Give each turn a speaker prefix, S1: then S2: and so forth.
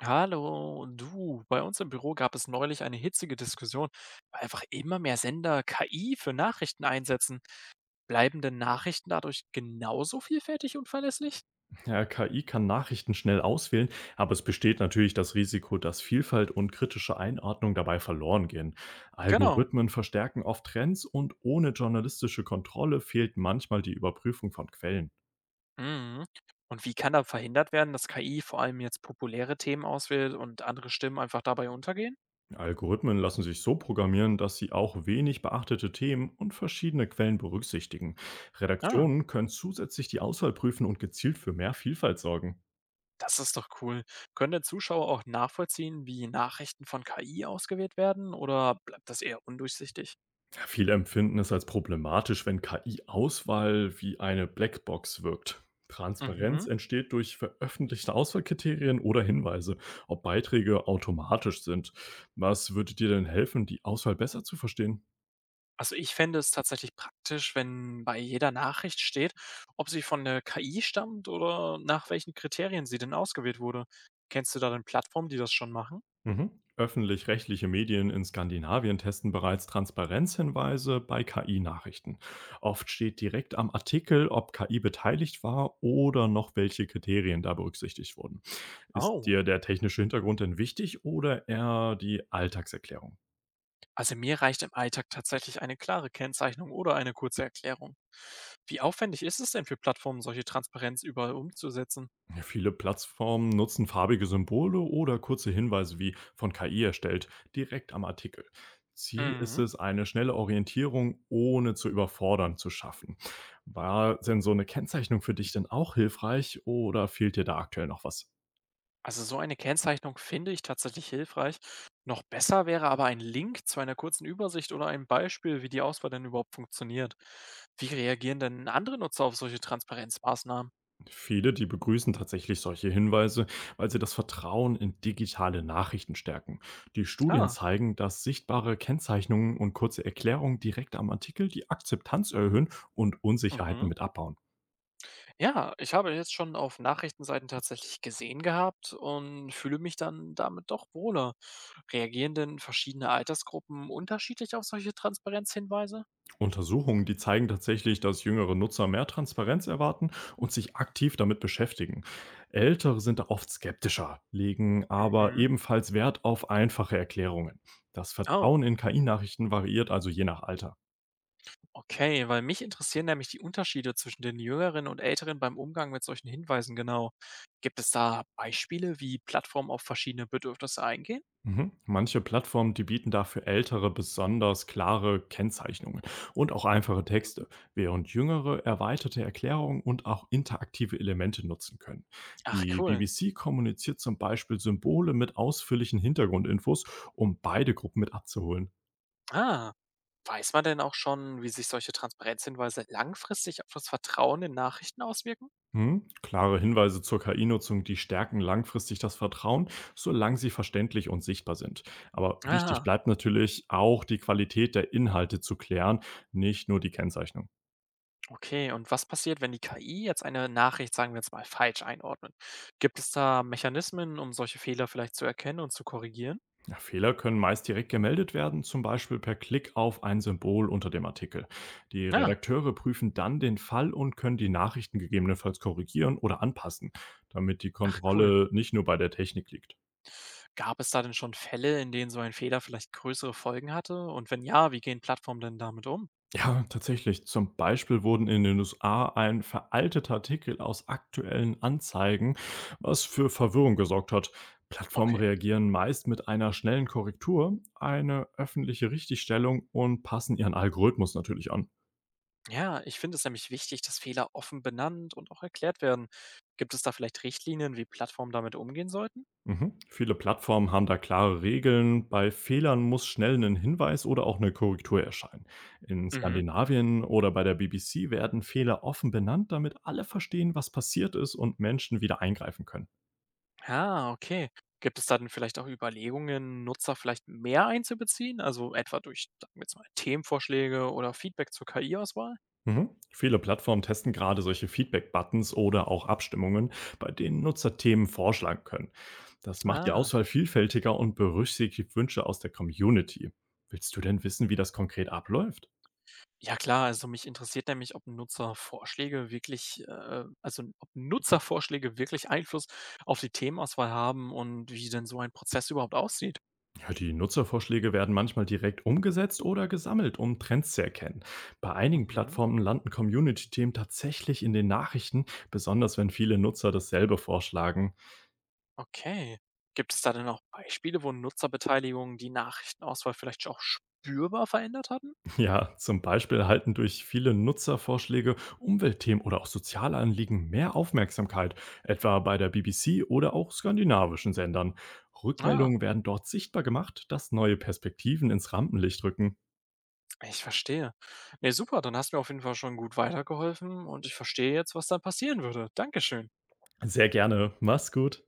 S1: Hallo, du. Bei uns im Büro gab es neulich eine hitzige Diskussion, weil einfach immer mehr Sender KI für Nachrichten einsetzen. Bleiben denn Nachrichten dadurch genauso vielfältig und verlässlich?
S2: Ja, KI kann Nachrichten schnell auswählen, aber es besteht natürlich das Risiko, dass Vielfalt und kritische Einordnung dabei verloren gehen.
S1: Genau.
S2: Algorithmen verstärken oft Trends und ohne journalistische Kontrolle fehlt manchmal die Überprüfung von Quellen.
S1: Mhm. Und wie kann da verhindert werden, dass KI vor allem jetzt populäre Themen auswählt und andere Stimmen einfach dabei untergehen?
S2: Algorithmen lassen sich so programmieren, dass sie auch wenig beachtete Themen und verschiedene Quellen berücksichtigen.
S1: Ah,
S2: Redaktionen können zusätzlich die Auswahl prüfen und gezielt für mehr Vielfalt sorgen.
S1: das ist doch cool. Können denn Zuschauer auch nachvollziehen, wie Nachrichten von KI ausgewählt werden oder bleibt das eher undurchsichtig?
S2: Ja, viele empfinden es als problematisch, wenn KI-Auswahl wie eine Blackbox wirkt.
S1: Mhm.
S2: Transparenz entsteht durch veröffentlichte Auswahlkriterien oder Hinweise, ob Beiträge automatisch sind. Was würde dir denn helfen, die Auswahl besser zu verstehen?
S1: Also, ich fände es tatsächlich praktisch, wenn bei jeder Nachricht steht, ob sie von der KI stammt oder nach welchen Kriterien sie denn ausgewählt wurde. Kennst du da denn Plattformen, die das schon machen?
S2: Mhm. Öffentlich-rechtliche Medien in Skandinavien testen bereits Transparenzhinweise bei KI-Nachrichten. Oft steht direkt am Artikel, ob KI beteiligt war oder noch welche Kriterien da berücksichtigt wurden. Ist
S1: Oh,
S2: dir der technische Hintergrund denn wichtig oder eher die Alltagserklärung?
S1: also mir reicht im Alltag tatsächlich eine klare Kennzeichnung oder eine kurze Erklärung. Wie aufwendig ist es denn für Plattformen, solche Transparenz überall umzusetzen?
S2: Ja, viele Plattformen nutzen farbige Symbole oder kurze Hinweise wie von KI erstellt direkt am Artikel. Ziel ist
S1: Mhm.
S2: es, eine schnelle Orientierung ohne zu überfordern zu schaffen. War denn so eine Kennzeichnung für dich denn auch hilfreich oder fehlt dir da aktuell noch was?
S1: Also so eine Kennzeichnung finde ich tatsächlich hilfreich. Noch besser wäre aber ein Link zu einer kurzen Übersicht oder einem Beispiel, wie die Auswahl denn überhaupt funktioniert. Wie reagieren denn andere Nutzer auf solche Transparenzmaßnahmen?
S2: Viele, die begrüßen tatsächlich solche Hinweise, weil sie das Vertrauen in digitale Nachrichten stärken. Die Studien
S1: Ah.
S2: zeigen, dass sichtbare Kennzeichnungen und kurze Erklärungen direkt am Artikel die Akzeptanz erhöhen und Unsicherheiten
S1: Mhm.
S2: mit abbauen.
S1: Ja, ich habe jetzt schon auf Nachrichtenseiten tatsächlich gesehen gehabt und fühle mich dann damit doch wohler. Reagieren denn verschiedene Altersgruppen unterschiedlich auf solche Transparenzhinweise?
S2: Untersuchungen, die zeigen tatsächlich, dass jüngere Nutzer mehr Transparenz erwarten und sich aktiv damit beschäftigen. Ältere sind da oft skeptischer, legen aber
S1: Mhm.
S2: ebenfalls Wert auf einfache Erklärungen. Das
S1: Oh.
S2: Vertrauen in KI-Nachrichten variiert also je nach Alter.
S1: Okay, weil mich interessieren nämlich die Unterschiede zwischen den Jüngeren und Älteren beim Umgang mit solchen Hinweisen genau. Gibt es da Beispiele, wie Plattformen auf verschiedene Bedürfnisse eingehen?
S2: Mhm. Manche Plattformen, die bieten dafür ältere besonders klare Kennzeichnungen und auch einfache
S1: Mhm.
S2: Texte, während jüngere erweiterte Erklärungen und auch interaktive Elemente nutzen können.
S1: Ach
S2: Die
S1: cool.
S2: BBC kommuniziert zum Beispiel Symbole mit ausführlichen Hintergrundinfos, um beide Gruppen mit abzuholen.
S1: Ah, weiß man denn auch schon, wie sich solche Transparenzhinweise langfristig auf das Vertrauen in Nachrichten auswirken?
S2: Mhm. Klare Hinweise zur KI-Nutzung, die stärken langfristig das Vertrauen, solange sie verständlich und sichtbar sind. Aber wichtig
S1: Ah,
S2: bleibt natürlich auch die Qualität der Inhalte zu klären, nicht nur die Kennzeichnung.
S1: okay. Und was passiert, wenn die KI jetzt eine Nachricht, sagen wir jetzt mal, falsch einordnet? Gibt es da Mechanismen, um solche Fehler vielleicht zu erkennen und zu korrigieren?
S2: Ja, Fehler können meist direkt gemeldet werden, zum Beispiel per Klick auf ein Symbol unter dem Artikel. Die
S1: Ah,
S2: Redakteure prüfen dann den Fall und können die Nachrichten gegebenenfalls korrigieren oder anpassen, damit die
S1: ach cool.
S2: Kontrolle nicht nur bei der Technik liegt.
S1: Gab es da denn schon Fälle, in denen so ein Fehler vielleicht größere Folgen hatte? Und wenn ja, wie gehen Plattformen denn damit um?
S2: Ja, tatsächlich. Zum Beispiel wurden in den USA ein veralteter Artikel aus aktuellen Anzeigen, was für Verwirrung gesorgt hat. Plattformen
S1: Okay.
S2: reagieren meist mit einer schnellen Korrektur, eine öffentliche Richtigstellung und passen ihren Algorithmus natürlich an.
S1: Ja, ich finde es nämlich wichtig, dass Fehler offen benannt und auch erklärt werden. Gibt es da vielleicht Richtlinien, wie Plattformen damit umgehen sollten?
S2: Mhm. Viele Plattformen haben da klare Regeln. Bei Fehlern muss schnell ein Hinweis oder auch eine Korrektur erscheinen. In
S1: Mhm.
S2: Skandinavien oder bei der BBC werden Fehler offen benannt, damit alle verstehen, was passiert ist und Menschen wieder eingreifen können.
S1: Ah, okay. Gibt es da denn vielleicht auch Überlegungen, Nutzer vielleicht mehr einzubeziehen? Also etwa durch, sagen wir jetzt mal, Themenvorschläge oder Feedback zur KI-Auswahl?
S2: Mhm. Viele Plattformen testen gerade solche Feedback-Buttons oder auch Abstimmungen, bei denen Nutzer Themen vorschlagen können. Das macht die
S1: Ah,
S2: Auswahl vielfältiger und berücksichtigt Wünsche aus der Community. Willst du denn wissen, wie das konkret abläuft?
S1: ja klar, also mich interessiert nämlich, ob Nutzervorschläge wirklich, also ob Nutzervorschläge wirklich Einfluss auf die Themenauswahl haben und wie denn so ein Prozess überhaupt aussieht.
S2: Ja, die Nutzervorschläge werden manchmal direkt umgesetzt oder gesammelt, um Trends zu erkennen. Bei einigen
S1: Mhm,
S2: Plattformen landen Community-Themen tatsächlich in den Nachrichten, besonders wenn viele Nutzer dasselbe vorschlagen.
S1: okay. Gibt es da denn auch Beispiele, wo Nutzerbeteiligung die Nachrichtenauswahl vielleicht auch spürbar verändert hatten?
S2: Ja, zum Beispiel erhalten durch viele Nutzervorschläge Umweltthemen oder auch soziale Anliegen mehr Aufmerksamkeit, etwa bei der BBC oder auch skandinavischen Sendern.
S1: Ah,
S2: Rückmeldungen werden dort sichtbar gemacht, dass neue Perspektiven ins Rampenlicht rücken.
S1: ich verstehe. Ne, super, dann hast du mir auf jeden Fall schon gut weitergeholfen und ich verstehe jetzt, was dann passieren würde. Dankeschön.
S2: Sehr gerne. Mach's gut.